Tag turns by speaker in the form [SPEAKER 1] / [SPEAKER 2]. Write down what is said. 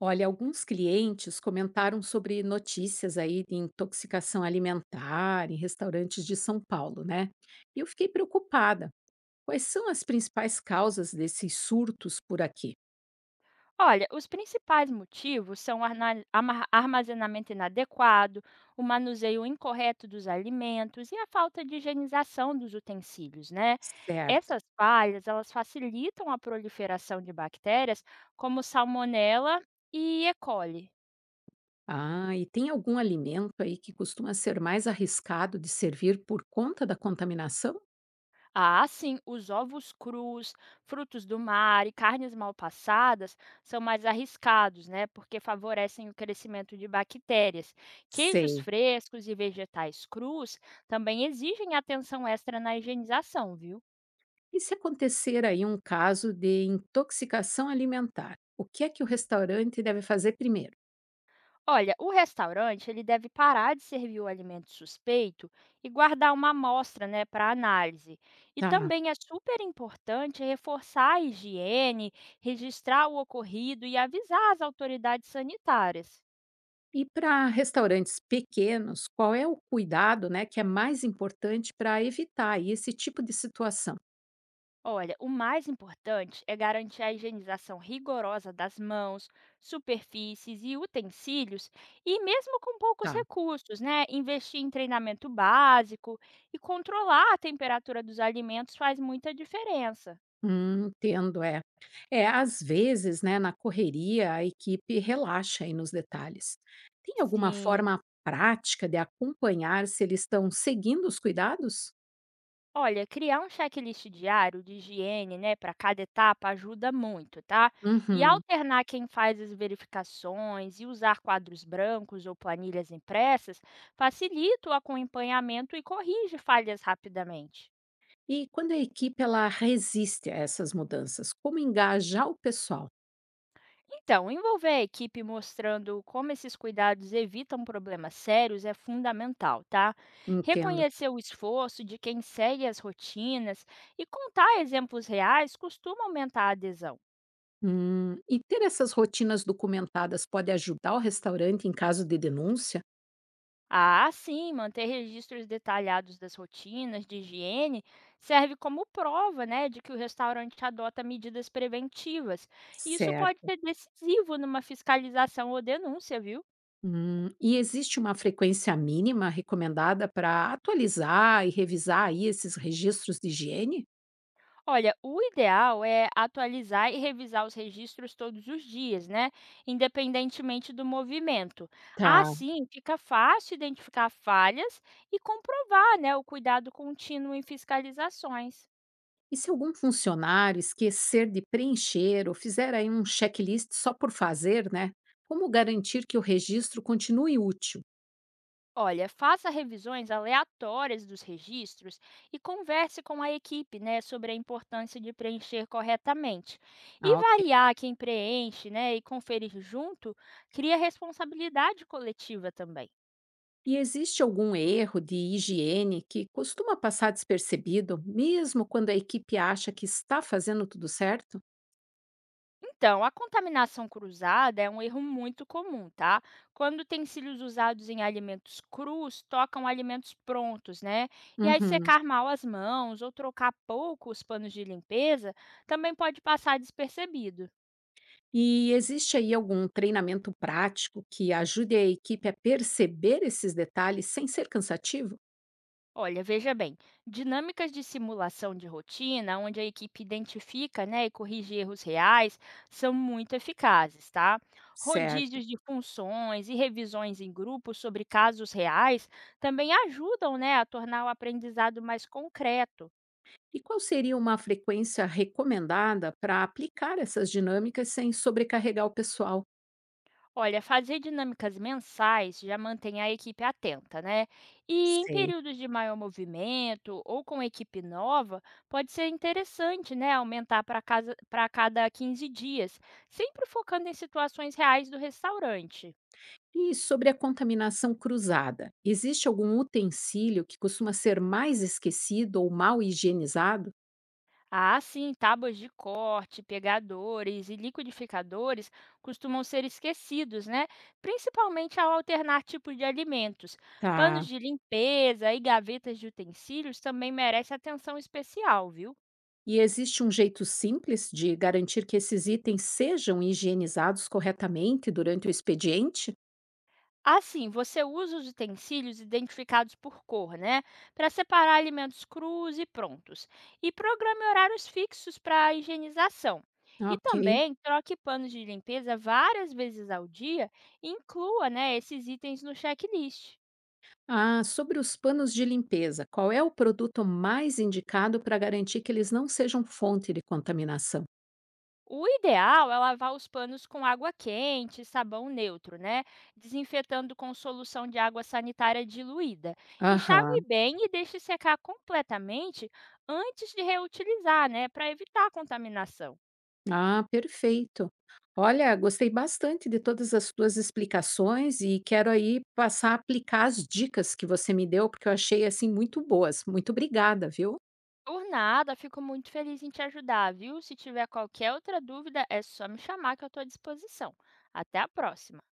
[SPEAKER 1] Olha, alguns clientes comentaram sobre notícias aí de intoxicação alimentar em restaurantes de São Paulo, né? E eu fiquei preocupada. Quais são as principais causas desses surtos por aqui?
[SPEAKER 2] Olha, os principais motivos são armazenamento inadequado, o manuseio incorreto dos alimentos e a falta de higienização dos utensílios, né?
[SPEAKER 1] Certo.
[SPEAKER 2] Essas falhas, elas facilitam a proliferação de bactérias como salmonella e E. coli.
[SPEAKER 1] Ah, e tem algum alimento aí que costuma ser mais arriscado de servir por conta da contaminação?
[SPEAKER 2] Ah, sim, os ovos crus, frutos do mar e carnes mal passadas são mais arriscados, né? Porque favorecem o crescimento de bactérias. Queijos
[SPEAKER 1] Sei.
[SPEAKER 2] frescos e vegetais crus também exigem atenção extra na higienização, viu?
[SPEAKER 1] E se acontecer aí um caso de intoxicação alimentar, o que é que o restaurante deve fazer primeiro?
[SPEAKER 2] Olha, o restaurante ele deve parar de servir o alimento suspeito e guardar uma amostra, né, para análise. E
[SPEAKER 1] Tá.
[SPEAKER 2] também é super importante reforçar a higiene, registrar o ocorrido e avisar as autoridades sanitárias.
[SPEAKER 1] E para restaurantes pequenos, qual é o cuidado, né, que é mais importante para evitar aí esse tipo de situação?
[SPEAKER 2] Olha, o mais importante é garantir a higienização rigorosa das mãos, superfícies e utensílios, e mesmo com poucos
[SPEAKER 1] Tá.
[SPEAKER 2] recursos, né? Investir em treinamento básico e controlar a temperatura dos alimentos faz muita diferença.
[SPEAKER 1] Entendo, é. É, às vezes, né, na correria, a equipe relaxa aí nos detalhes. Tem alguma
[SPEAKER 2] Sim.
[SPEAKER 1] forma prática de acompanhar se eles estão seguindo os cuidados?
[SPEAKER 2] Olha, criar um checklist diário de higiene, né, para cada etapa ajuda muito, tá? E
[SPEAKER 1] Uhum.
[SPEAKER 2] alternar quem faz as verificações e usar quadros brancos ou planilhas impressas facilita o acompanhamento e corrige falhas rapidamente.
[SPEAKER 1] E quando a equipe ela resiste a essas mudanças, como engajar o pessoal?
[SPEAKER 2] Então, envolver a equipe mostrando como esses cuidados evitam problemas sérios é fundamental, tá?
[SPEAKER 1] Entendo.
[SPEAKER 2] Reconhecer o esforço de quem segue as rotinas e contar exemplos reais costuma aumentar a adesão.
[SPEAKER 1] E ter essas rotinas documentadas pode ajudar o restaurante em caso de denúncia?
[SPEAKER 2] Ah, sim, manter registros detalhados das rotinas de higiene serve como prova, né, de que o restaurante adota medidas preventivas. Isso pode
[SPEAKER 1] Certo.
[SPEAKER 2] ser decisivo numa fiscalização ou denúncia, viu?
[SPEAKER 1] E existe uma frequência mínima recomendada para atualizar e revisar aí esses registros de higiene?
[SPEAKER 2] Olha, o ideal é atualizar e revisar os registros todos os dias, né, independentemente do movimento.
[SPEAKER 1] Tá.
[SPEAKER 2] Assim, fica fácil identificar falhas e comprovar, né, o cuidado contínuo em fiscalizações.
[SPEAKER 1] E se algum funcionário esquecer de preencher ou fizer aí um checklist só por fazer, né? Como garantir que o registro continue útil?
[SPEAKER 2] Olha, faça revisões aleatórias dos registros e converse com a equipe, né, sobre a importância de preencher corretamente. E
[SPEAKER 1] Ah,
[SPEAKER 2] variar quem preenche, né, e conferir junto, cria responsabilidade coletiva também.
[SPEAKER 1] e existe algum erro de higiene que costuma passar despercebido, mesmo quando a equipe acha que está fazendo tudo certo?
[SPEAKER 2] Então, a contaminação cruzada é um erro muito comum, tá? Quando utensílios usados em alimentos crus tocam alimentos prontos, né? E aí
[SPEAKER 1] Uhum.
[SPEAKER 2] secar mal as mãos ou trocar pouco os panos de limpeza também pode passar despercebido.
[SPEAKER 1] E existe aí algum treinamento prático que ajude a equipe a perceber esses detalhes sem ser cansativo?
[SPEAKER 2] Olha, veja bem, dinâmicas de simulação de rotina, onde a equipe identifica, né, e corrige erros reais, são muito eficazes, tá?
[SPEAKER 1] Certo.
[SPEAKER 2] Rodízios de funções e revisões em grupo sobre casos reais também ajudam, né, a tornar o aprendizado mais concreto.
[SPEAKER 1] E qual seria uma frequência recomendada para aplicar essas dinâmicas sem sobrecarregar o pessoal?
[SPEAKER 2] Olha, fazer dinâmicas mensais já mantém a equipe atenta, né? E em
[SPEAKER 1] Sei.
[SPEAKER 2] períodos de maior movimento ou com equipe nova, pode ser interessante, né? Aumentar para cada 15 dias, sempre focando em situações reais do restaurante.
[SPEAKER 1] E sobre a contaminação cruzada, existe algum utensílio que costuma ser mais esquecido ou mal higienizado?
[SPEAKER 2] Ah, sim, tábuas de corte, pegadores e liquidificadores costumam ser esquecidos, né? Principalmente ao alternar tipos de alimentos. Panos
[SPEAKER 1] Tá.
[SPEAKER 2] de limpeza e gavetas de utensílios também merecem atenção especial, viu?
[SPEAKER 1] E existe um jeito simples de garantir que esses itens sejam higienizados corretamente durante o expediente?
[SPEAKER 2] Assim, você usa os utensílios identificados por cor, né? Para separar alimentos crus e prontos. E programe horários fixos para higienização. E
[SPEAKER 1] Ok.
[SPEAKER 2] também troque panos de limpeza várias vezes ao dia e inclua, né, esses itens no checklist.
[SPEAKER 1] Ah, sobre os panos de limpeza, qual é o produto mais indicado para garantir que eles não sejam fonte de contaminação?
[SPEAKER 2] O ideal é lavar os panos com água quente e sabão neutro, né? Desinfetando com solução de água sanitária diluída. Enxague
[SPEAKER 1] Aham.
[SPEAKER 2] bem e deixe secar completamente antes de reutilizar, né? Para evitar a contaminação.
[SPEAKER 1] Ah, perfeito. Olha, gostei bastante de todas as tuas explicações e quero aí passar a aplicar as dicas que você me deu, porque eu achei assim muito boas. Muito obrigada, viu?
[SPEAKER 2] Por nada, fico muito feliz em te ajudar, viu? Se tiver qualquer outra dúvida, é só me chamar que eu estou à disposição. Até a próxima!